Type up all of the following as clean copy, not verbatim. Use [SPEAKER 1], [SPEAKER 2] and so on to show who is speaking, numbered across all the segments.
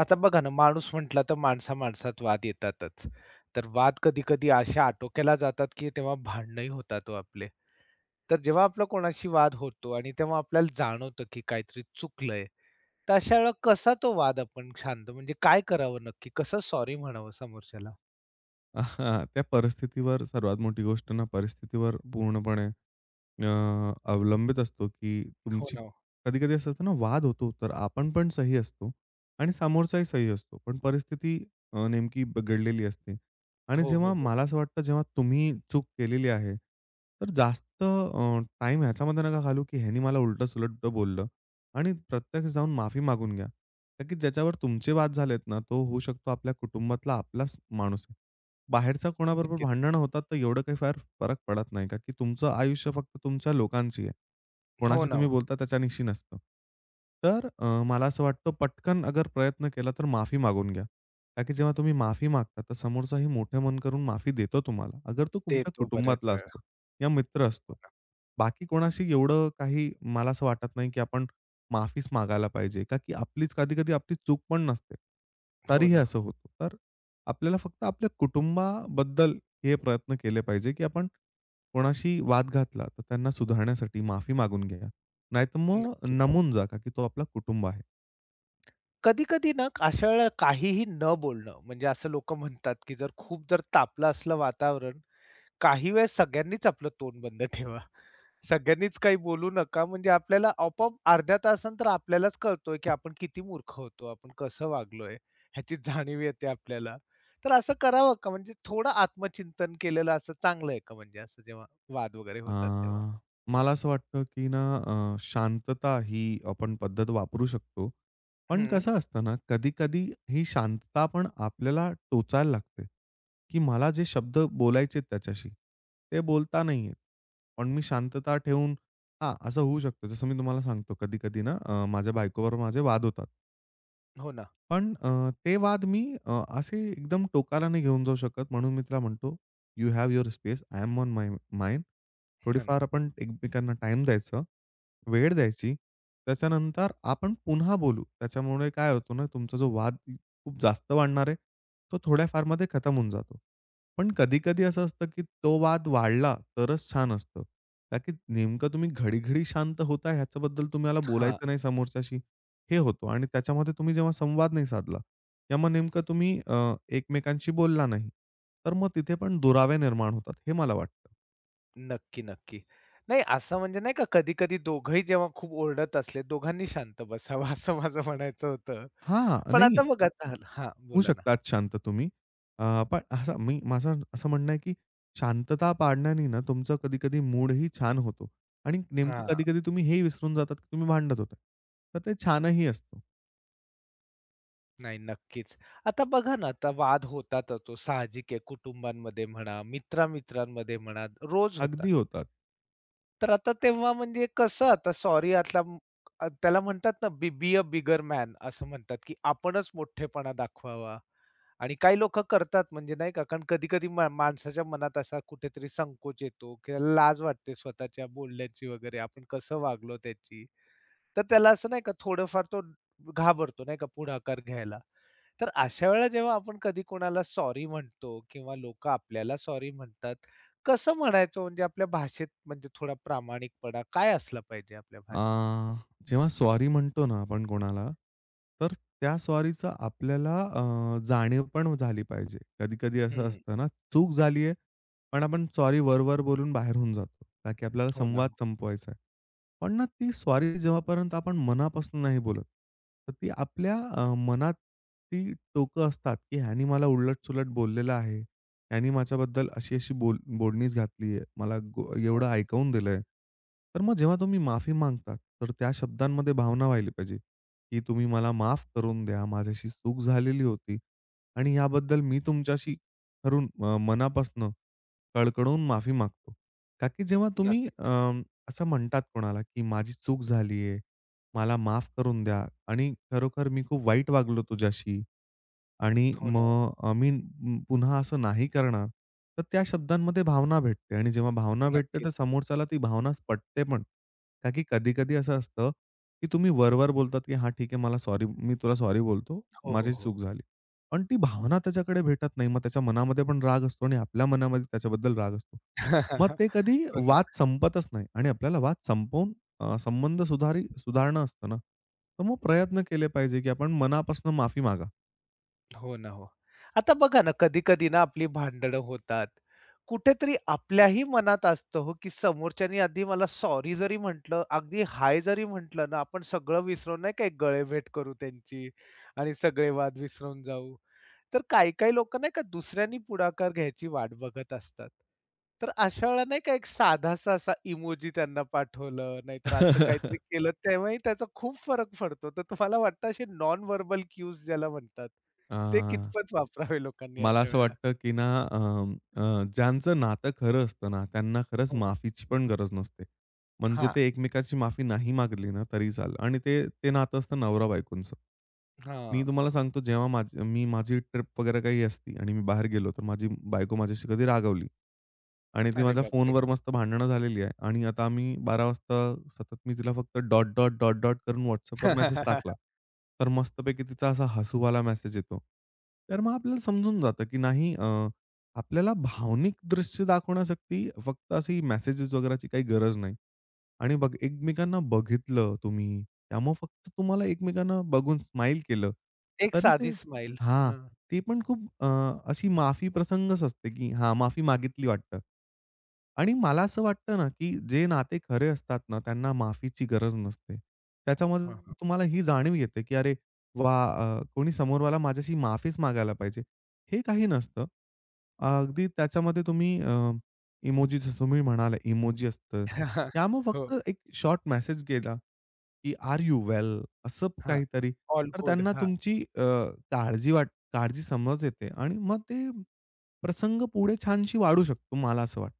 [SPEAKER 1] आता बघा ना, माणूस म्हटला तर माणसा-माणसात वाद येतातच. तर वाद कधी-कधी असे आटोक्याला जातात, की तेव्हा भांडणंही होतात हो आपले. तर जेव्हा आपला कोणाशी वाद होतो आणि तेव्हा आपल्याला जाणवतं, की काहीतरी चुकलंय, तर अशा वेळेला कसा तो वाद आपण शांत म्हणजे काय करावं नक्की? कसं सॉरी म्हणावं समोरच्याला?
[SPEAKER 2] हां, त्या परिस्थितीवर सर्वात मोठी गोष्ट ना परिस्थितीवर पूर्णपणे अवलंबित असतो, की
[SPEAKER 1] हो
[SPEAKER 2] तुमची
[SPEAKER 1] ना. हो.
[SPEAKER 2] कधी-कधी असं असतं ना, वाद होतो, तर आपण पण सही असतो आणि समोरचाही सही असतो. पण परिस्थिती नेमकी बिघडलेली असते आणि
[SPEAKER 1] हो, हो,
[SPEAKER 2] जेव्हा
[SPEAKER 1] हो.
[SPEAKER 2] मला असं वाटतं, जेव्हा तुम्ही चूक केलेली आहे, तर जास्त टाईम ह्याच्यामध्ये नका घालू, की ह्यानी मला उलटं-सुलटं बोललं आणि प्रत्यक्ष जाऊन माफी मागून घ्या. कारण की ज्याच्यावर तुमचे वाद झालेत ना, तो होऊ शकतो आपल्या कुटुंबातला आपलाच माणूस आहे. बाहेरचा कोणाबरोबर
[SPEAKER 1] नक्कीच.
[SPEAKER 2] भांडणं होतात, तर एवढं काही फार फरक पडत नाही का? की तुमचं आयुष्य फक्त तुमच्या लोकांशी आहे.
[SPEAKER 1] हो
[SPEAKER 2] कोणाशी
[SPEAKER 1] ना.
[SPEAKER 2] तुम्ही
[SPEAKER 1] हो.
[SPEAKER 2] बोलता त्याच्यानिशी नसतं. तर मला असं वाटतं पटकन अगर प्रयत्न केला तर माफी मागून घ्या. का की जेव्हा तुम्ही माफी मागता तर समोरचाही मोठे मन करून माफी देतो तुम्हाला. अगर तो
[SPEAKER 1] ते
[SPEAKER 2] तुमच्या
[SPEAKER 1] येतो बऱ्याच
[SPEAKER 2] कुटुंबातला
[SPEAKER 1] वेळा.
[SPEAKER 2] असतो या मित्र असतो. बाकी कोणाशी एवढं काही मला असं वाटत नाही की आपण माफीच मागायला पाहिजे. का की आपलीच कधी-कधी आपली चूक पण नसते.
[SPEAKER 1] हो
[SPEAKER 2] तरीही
[SPEAKER 1] ना.
[SPEAKER 2] असं होतं. तर आपल्याला फक्त आपल्या कुटुंबाबद्दल हे प्रयत्न केले पाहिजे, की आपण कोणाशी वाद घातला, तर त्यांना सुधारण्यासाठी माफी मागून घ्या. नाहीतर मग नमून
[SPEAKER 1] नक्कीच.
[SPEAKER 2] जा, का की तो आपला कुटुंब आहे.
[SPEAKER 1] कधी-कधी ना अशा वेळेला काहीही न बोलणं, म्हणजे असं लोकं म्हणतात, की जर खूप जर तापलं असलं वातावरण, काही वेळेस सगळ्यांनीच आपलं तोंड बंद ठेवा. सगळ्यांनीच काही बोलू नका म्हणजे आपल्याला आपोआप अर्ध्या तासानंतर आपल्यालाच कळतोय, की आपण किती मूर्ख होतो, आपण कसं वागलोय ह्याची जाणीव येते आपल्याला. तर असं करावं का? म्हणजे थोडं आत्मचिंतन केलेलं असं चांगलं आहे का म्हणजे असं जेव्हा वाद वगैरे होतात तेव्हा?
[SPEAKER 2] अ, मला असं वाटतं, की ना शांतता ही आपण पद्धत वापरू शकतो. पण
[SPEAKER 1] हं.
[SPEAKER 2] कसं असतं ना, कधी-कधी ही शांतता पण आपल्याला टोचायला लागते, की मला जे शब्द बोलायचे त्याच्याशी, ते बोलता नाही येत. पण मी शांतता ठेवून हां, असं होऊ शकतं. जसं मी तुम्हाला सांगतो, कधी-कधी ना माझ्या बायकोबरोबर माझे वाद होतात.
[SPEAKER 1] हो ना.
[SPEAKER 2] पण ते वाद मी असे एकदम टोकाला नाही घेऊन जाऊ शकत. म्हणून मी तिला म्हणतो, "you have your space. I am on my mine."
[SPEAKER 1] हं.
[SPEAKER 2] थोडीफार आपण एकमेकांना टाईम द्यायचं, वेळ द्यायची. त्याच्यानंतर आपण पुन्हा बोलू. त्याच्यामुळे काय होतो ना, तुमचा जो वाद खूप जास्त वाढणार आहे, तो थोड्या खतम होऊन जातो. पण कधी-कधी असं असतं, की तो वाद वाढला तरच छान असतं. का की नेमकं तुम्ही घडी-घडी शांत होताय ह्याच्याबद्दल तुम्हाला
[SPEAKER 1] हां.
[SPEAKER 2] बोलायचं नाही समोरच्याशी. हे होतो आणि त्याच्यामध्ये तुम्ही जेव्हा संवाद नाही साधला, किंवा मग नेमकं तुम्ही एकमेकांशी बोलला नाही, तर मग तिथे पण दुरावे निर्माण होतात, हे मला वाटतं.
[SPEAKER 1] नक्की, नक्की. नाही असं म्हणजे नाही का कधी-कधी दोघंही जेव्हा खूप ओरडत असले, दोघांनी शांत बसावं असं माझं म्हणायचं होतं.
[SPEAKER 2] हां,
[SPEAKER 1] पण आता
[SPEAKER 2] नाही
[SPEAKER 1] बघा झालं हां,
[SPEAKER 2] होऊ
[SPEAKER 1] बोला ना.
[SPEAKER 2] शकतात शांत तुम्ही. पण असं मी माझं असं म्हणणं आहे, की शांतता पाळण्याने ना तुमचा कधी-कधी मूडही छान होतो आणि नेमकं कधी-कधी तुम्ही हे विसरून जातात, की तुम्ही भांडत होता. तर ते छानही असतो.
[SPEAKER 1] नाही, नक्कीच. आता बघा ना, आता वाद होतातच तो साहजिक आहे. कुटुंबांमध्ये म्हणा, मित्र म्हणा, रोज
[SPEAKER 2] अगदी
[SPEAKER 1] होतात.
[SPEAKER 2] होतात.
[SPEAKER 1] तर आता तेव्हा म्हणजे कसं आता सॉरी आता त्याला म्हणतात ना, बी बी अ बिगर मॅन असं म्हणतात, की आपणच मोठेपणा दाखवावा आणि काही लोकं करतात म्हणजे नाही का, कारण कधी-कधी माणसाच्या मनात असा कुठेतरी संकोच येतो किंवा लाज वाटते स्वतःच्या बोलण्याची वगैरे, आपण कसं वागलो त्याची. तर त्याला असं नाही का, थोडंफार तो घाबरतो नाही का, पुढाकार घ्यायला. तर अशा वेळेला जेव्हा आपण कधी कोणाला सॉरी म्हणतो किंवा लोक आपल्याला सॉरी म्हणतात, कसं म्हणायचं म्हणजे आपल्या भाषेत म्हणजे थोडा प्रामाणिकपणा काय असला पाहिजे आपल्या
[SPEAKER 2] अ,
[SPEAKER 1] भाषेत?
[SPEAKER 2] जेव्हा सॉरी म्हणतो ना आपण कोणाला, तर त्या सॉरीचा आपल्याला जाणीव पण झाली पाहिजे. कधी-कधी असं
[SPEAKER 1] हं.
[SPEAKER 2] असतं ना, चूक झाली आहे, पण आपण सॉरी वर-वर बोलून बाहेर होऊन जातो. का की आपल्याला
[SPEAKER 1] हो ना.
[SPEAKER 2] संवाद संपवायचा आहे. पण ना ती स्वारी जेव्हापर्यंत आपण मनापासून नाही बोलत, तर ती आपल्या मनात ती टोकं असतात, की ह्यानी मला उलट-सुलट बोललेलं आहे. ह्यानी माझ्याबद्दल अशी-अशी बोल बोलणीच घातली आहे. मला गो एवढं
[SPEAKER 1] हो.
[SPEAKER 2] ऐकवून दिलंय. तर मग जेव्हा तुम्ही माफी मागतात, तर त्या शब्दांमध्ये भावना व्हायला पाहिजे, की तुम्ही मला माफ करून द्या. माझ्याशी चूक झालेली होती आणि याबद्दल मी तुमच्याशी खरून मनापासनं कळकळून माफी मागतो. का की जेव्हा तुम्ही
[SPEAKER 1] नक्कीच.
[SPEAKER 2] असं म्हणतात कोणाला, की माझी चूक झाली आहे. मला माफ करून द्या आणि खरोखर मी खूप वाईट वागलो तुझ्याशी. आणि
[SPEAKER 1] हो ना.
[SPEAKER 2] मग आम्ही पुन्हा असं नाही करणार. तर त्या शब्दांमध्ये भावना भेटते आणि जेव्हा भावना भेटते, तर
[SPEAKER 1] नक्कीच.
[SPEAKER 2] समोरच्याला ती भावना पटते पण. का की कधी-कधी असं असतं, की तुम्ही वरवर बोलतात, की "हां, ठीक आहे, मला सॉरी मी तुला सॉरी बोलतो.
[SPEAKER 1] हो, हो,
[SPEAKER 2] माझी
[SPEAKER 1] हो.
[SPEAKER 2] चूक झाली." पण ती भावना त्याच्याकडे भेटत नाही. मग त्याच्या मनामध्ये पण राग असतो आणि आपल्या मनामध्ये त्याच्याबद्दल राग असतो. मग ते कधी
[SPEAKER 1] हो
[SPEAKER 2] वाद संपतच नाही आणि आपल्याला वाद संपवून संबंध सुधारणं असतं ना. तर मग प्रयत्न केले पाहिजे, की आपण मनापासून माफी मागा.
[SPEAKER 1] हो ना, हो. आता बघा ना, कधी-कधी ना आपली भांडणं होतात. कुठेतरी आपल्याही मनात असतं हो, की समोरच्यानी आधी मला सॉरी जरी म्हटलं, अगदी हाय जरी म्हटलं ना, आपण सगळं विसरून नाही का गळेभेट करू त्यांची आणि सगळे वाद विसरून जाऊ. तर काही-काही लोकं नाही का दुसऱ्यांनी पुढाकार घ्यायची वाट बघत असतात. तर अशा वेळेला नाही का एक साधासा असा इमोजी त्यांना पाठवलं, नाहीतर असं काहीतरी केलं, तेव्हाही त्याचा खूप फरक पडतो. तर तुम्हाला वाटतं असे नॉन व्हर्बल क्यूज ज्याला म्हणतात
[SPEAKER 2] अ,
[SPEAKER 1] ते कितपत वापरावे लोकांनी
[SPEAKER 2] मला
[SPEAKER 1] अशा
[SPEAKER 2] असं
[SPEAKER 1] वेळेला?
[SPEAKER 2] वाटतं, की ना अ, अ, ज्यांचं नातं खरं असतं ना, त्यांना खरंच
[SPEAKER 1] हो.
[SPEAKER 2] माफीची पण गरज नसते. म्हणजे
[SPEAKER 1] हां,
[SPEAKER 2] ते एकमेकाची माफी नाही मागली ना तरी चालेल आणि ते ते नातं असतं नवरा-बायकोचं. मी
[SPEAKER 1] हां.
[SPEAKER 2] तुम्हाला सांगतो जेव्हा माझी ट्रिप वगैरे काही असती आणि मी बाहेर गेलो, तर माझी बायको माझ्याशी कधी रागावली आणि ती
[SPEAKER 1] अरे
[SPEAKER 2] माझ्या
[SPEAKER 1] बापरे!
[SPEAKER 2] फोनवर मस्त भांडणं झालेली आहे आणि आता आम्ही 12:00 वाजता सतत मी तिला फक्त डॉट, डॉट, डॉट, डॉट करून WhatsAppवर मेसेज टाकला. तर मस्तपैकी तिचा असा हसूवाला मेसेज येतो. तर मग आपल्याला समजून जातं, की नाही आपल्याला भावनिक दृश्य दाखवण्यासाठी फक्त अशी मेसेजेस वगैरेची काही गरज नाही. आणि बघ एकमेकांना बघितलं तुम्ही. त्यामुळे फक्त तुम्हाला एकमेकांना बघून स्माईल केलं.
[SPEAKER 1] एक
[SPEAKER 2] तरी ते
[SPEAKER 1] साधी स्माईल.
[SPEAKER 2] हां.
[SPEAKER 1] हां.
[SPEAKER 2] ते पण खूप अशी माफी प्रसंगच असते, की हां, माफी मागितली वाटतं. आणि मला असं वाटतं ना, की जे नाते खरे असतात ना, त्यांना माफीची गरज नसते.
[SPEAKER 1] हां, हां.
[SPEAKER 2] त्याच्यामध्ये तुम्हाला ही जाणीव येते, की अरे वाह! कोणी समोरवाला माझ्याशी माफीच मागायला पाहिजे. हे काही नसतं. अगदी त्याच्यामध्ये तुम्ही तुम्ही म्हणाला, इमोजी असतं. त्यामुळे फक्त
[SPEAKER 1] हो,
[SPEAKER 2] एक शॉर्ट मेसेज गेला, की "आर यू वेल?" असं
[SPEAKER 1] हां.
[SPEAKER 2] काहीतरी.
[SPEAKER 1] ऑल
[SPEAKER 2] तर
[SPEAKER 1] गुड.
[SPEAKER 2] त्यांना
[SPEAKER 1] हां.
[SPEAKER 2] तुमची काळजी समज येते आणि मग ते प्रसंग पुढे छानशी वाढू शकतो, मला असं वाटतं.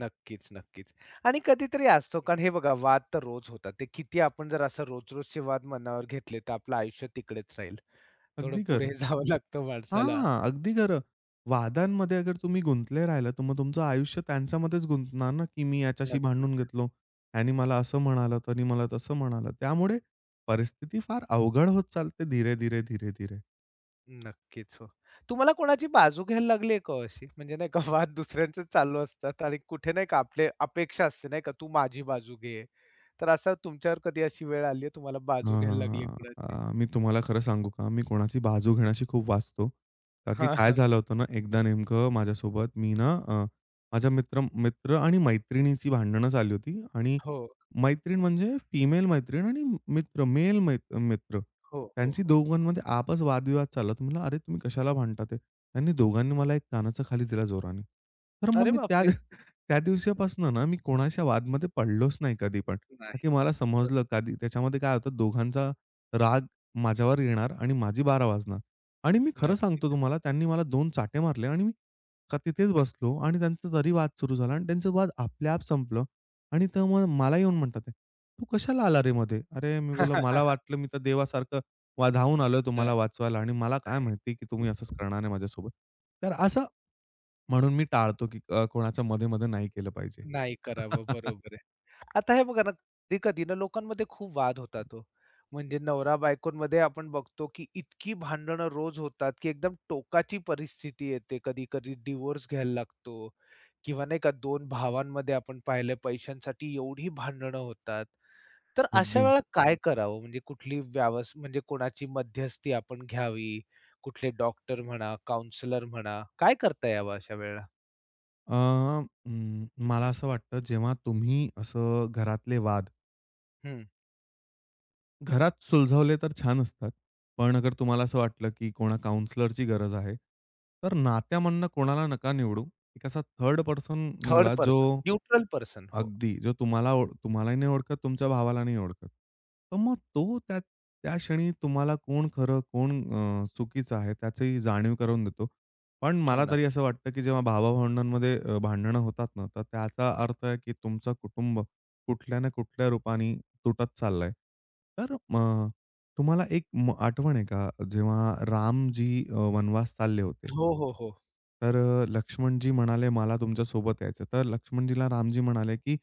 [SPEAKER 1] नक्कीच, नक्कीच. आणि कधीतरी असतो कारण हे बघा वाद तर रोज होतात. ते किती आपण जर असं रोज-रोजचे वाद मनावर घेतले तर आपलं आयुष्य तिकडेच राहील. थोडं
[SPEAKER 2] अगदी
[SPEAKER 1] पुढे
[SPEAKER 2] खरं.
[SPEAKER 1] जावं लागतं माणसाला.
[SPEAKER 2] हां, अगदी खरं. वादांमध्ये अगर तुम्ही गुंतले राहिलात, तर मग तुमचं आयुष्य त्यांच्यामध्येच गुंतणार ना, की मी याच्याशी भांडून
[SPEAKER 1] नक्कीच.
[SPEAKER 2] घेतलो. ह्यानी मला असं म्हणाला, त्यानी मला तसं म्हणाला. त्यामुळे परिस्थिती फार अवघड होत चालते धीरे, धीरे, धीरे, धीरे.
[SPEAKER 1] नक्कीच हो. तुम्हाला कोणाची बाजू घ्यायला लागली आहे का हो अशी? म्हणजे नाही का वाद दुसऱ्यांचे चालू असतात आणि कुठे नाही का आपले अपेक्षा असते नाही का, तू माझी बाजू घे. तर असं तुमच्यावर कधी अशी वेळ आली आहे तुम्हाला बाजू
[SPEAKER 2] हां,
[SPEAKER 1] घ्यायला
[SPEAKER 2] हां,
[SPEAKER 1] लागली आहे कुणाची?
[SPEAKER 2] हां. मी तुम्हाला खरं सांगू का? मी कोणाची बाजू घेण्याशी खूप वाचतो. का की
[SPEAKER 1] हां,
[SPEAKER 2] काय
[SPEAKER 1] हां.
[SPEAKER 2] झालं होतं ना, एकदा नेमकं माझ्यासोबत मी ना माझ्या मित्र मित्र आणि मैत्रिणीची भांडणं झाली होती आणि
[SPEAKER 1] हो,
[SPEAKER 2] मैत्रीण म्हणजे फिमेल मैत्रीण आणि मित्र मेल मित्र.
[SPEAKER 1] हो, हो,
[SPEAKER 2] त्यांची
[SPEAKER 1] हो.
[SPEAKER 2] दोघांमध्ये आपस वादविवाद चालला होता. म्हणलं, "अरे, तुम्ही कशाला भांडता ते?" त्यांनी दोघांनी मला एक कानाचा खाली दिला जोराने. तर मग
[SPEAKER 1] अरे
[SPEAKER 2] मी त्या
[SPEAKER 1] बापरे!
[SPEAKER 2] त्या दिवसापासून ना, मी कोणाच्या वादमध्ये पडलोच नाही कधी पण. का की
[SPEAKER 1] नाही.
[SPEAKER 2] मला समजलं कधी त्याच्यामध्ये काय होतं दोघांचा राग माझ्यावर येणार आणि माझी 12 वाजणार. आणि मी खरं सांगतो
[SPEAKER 1] नक्कीच.
[SPEAKER 2] तुम्हाला त्यांनी मला 2 चाटे मारले आणि मी का तिथेच बसलो आणि त्यांचा तरी वाद सुरू झाला आणि त्यांचं वाद आपल्याआप संपलं आणि तर मग मला येऊन म्हणतात आहे, "तू कशाला आला रे मध्ये?" अरे, मी बोललो, "मला वाटलं मी तर देवासारखं वा आलोय
[SPEAKER 1] नाही,
[SPEAKER 2] तुम्हाला वाचवायला आणि मला काय
[SPEAKER 1] नाही.
[SPEAKER 2] माहिती की तुम्ही असंच करणार आहे माझ्यासोबत." तर असं म्हणून मी टाळतो की कोणाचं मध्ये-मध्ये नाही केलं पाहिजे.
[SPEAKER 1] नाही करावं. बरोबर. आता हे बघा ना, कधी-कधी ना लोकांमध्ये खूप वाद होतात हो. म्हणजे नवरा बायकोंमध्ये आपण बघतो, की इतकी भांडणं रोज होतात, की एकदम टोकाची परिस्थिती येते. कधी-कधी डिव्होर्स घ्यायला लागतो किंवा नाही का दोन भावांमध्ये आपण पाहिलं पैशांसाठी एवढी भांडणं होतात. तर अशा
[SPEAKER 2] अगदी.
[SPEAKER 1] वेळेला काय करावं? म्हणजे कुठली म्हणजे कोणाची मध्यस्थी आपण घ्यावी? कुठले डॉक्टर म्हणा, काउन्सिलर म्हणा, काय करता यावं अशा वेळेला?
[SPEAKER 2] अ, मला असं वाटतं, जेव्हा तुम्ही असं घरातले वाद घरात सुलझवले तर छान असतात. पण अगर तुम्हाला असं वाटलं, की कोणा काउंसलरची गरज आहे, तर नात्यामधनं कोणाला नका निवडू. एक असा थर्ड पर्सन
[SPEAKER 1] थर्ड
[SPEAKER 2] निवडा जो
[SPEAKER 1] पर्सन, न्यूट्रल पर्सन. हो.
[SPEAKER 2] अगदी जो तुम्हाला तुम्हालाही नाही ओळखत, तुमच्या भावाला नाही ओळखत. तर मग तो त्या त्या क्षणी तुम्हाला कोण खरं, कोण चुकीचं आहे त्याची जाणीव करून देतो. पण
[SPEAKER 1] हो
[SPEAKER 2] मला
[SPEAKER 1] ना.
[SPEAKER 2] तरी असं वाटतं, की जेव्हा भावा-भावंडांमध्ये भांडणं होतात ना, तर त्याचा अर्थ आहे, की तुमचं कुटुंब कुठल्या ना कुठल्या रूपाने तुटत चाललाय. तर मग तुम्हाला एक आठवण आहे का जेव्हा रामजी वनवास चालले होते.
[SPEAKER 1] हो, हो, हो.
[SPEAKER 2] तर लक्ष्मणजी म्हणाले, "मला तुमच्यासोबत यायचं." तर लक्ष्मणजीला रामजी म्हणाले, की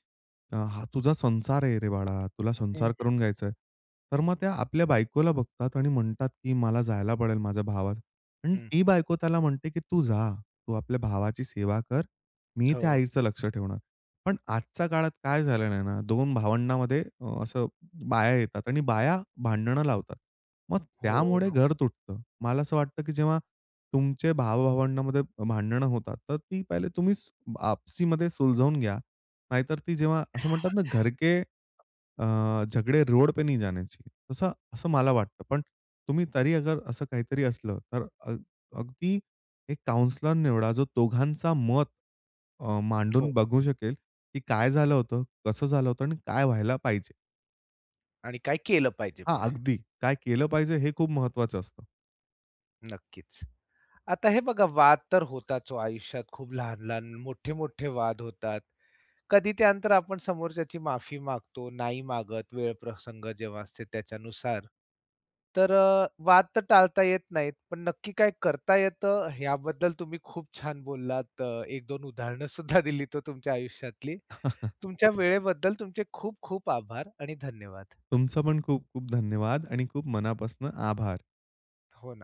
[SPEAKER 2] हा तुझा संसार आहे रे बाळा, तुला
[SPEAKER 1] हं,
[SPEAKER 2] संसार करून घ्यायचा तर मग त्या आपल्या बायकोला बघतात आणि म्हणतात, की "मला जायला पडेल माझ्या भावात." आणि
[SPEAKER 1] हं.
[SPEAKER 2] ती बायको त्याला म्हणते, की "तू जा. तू आपल्या भावाची सेवा कर. मी त्या
[SPEAKER 1] हो,
[SPEAKER 2] आईचं लक्ष ठेवणार." पण आजच्या काळात काय झालेलं आहे ना, 2 भावंडामध्ये असं बाया येतात आणि बाया भांडणं लावतात. मग
[SPEAKER 1] हो
[SPEAKER 2] त्यामुळे
[SPEAKER 1] ना.
[SPEAKER 2] घर तुटतं. मला असं वाटतं, की जेव्हा तुमचे भाव भांडणं होतात, तर ती पहिले तुम्हीच आपसीमध्ये सुलझवून घ्या. नाहीतर ती जेव्हा असं म्हणतात ना, घर के अ, झगडे रोड पे नाही जाण्याची. तसं असं मला वाटतं. पण तुम्ही तरी अगर असं काहीतरी असलं, तर अगदी एक काउंसलर निवडा, जो दोघांचा मत
[SPEAKER 1] हो.
[SPEAKER 2] मांडून बघू शकेल, की काय झालं होतं, कसं झालं होतं आणि काय व्हायला पाहिजे.
[SPEAKER 1] आणि काय केलं पाहिजे
[SPEAKER 2] हां,
[SPEAKER 1] पुढे.
[SPEAKER 2] अगदी काय केलं पाहिजे हे खूप महत्त्वाचं असतं.
[SPEAKER 1] नक्कीच. आता हे बघा वाद तर होताच हो आयुष्यात खूप लहान-लहान, मोठे-मोठे वाद होतात. कधी त्यानंतर आपण समोरच्याची माफी मागतो, नाही मागत, वेळ प्रसंग जेव्हा असते त्याच्यानुसार. तर वाद तर टाळता येत नाहीत, पण नक्की काय करता येतं याबद्दल तुम्ही खूप छान बोललात. 1-2 उदाहरणं सुद्धा दिलीत हो तुमच्या आयुष्यातली. तुमच्या वेळेबद्दल तुमचे खूप खूप आभार आणि धन्यवाद.
[SPEAKER 2] तुमचं पण खूप खूप धन्यवाद आणि खूप मनापासून आभार.
[SPEAKER 1] हो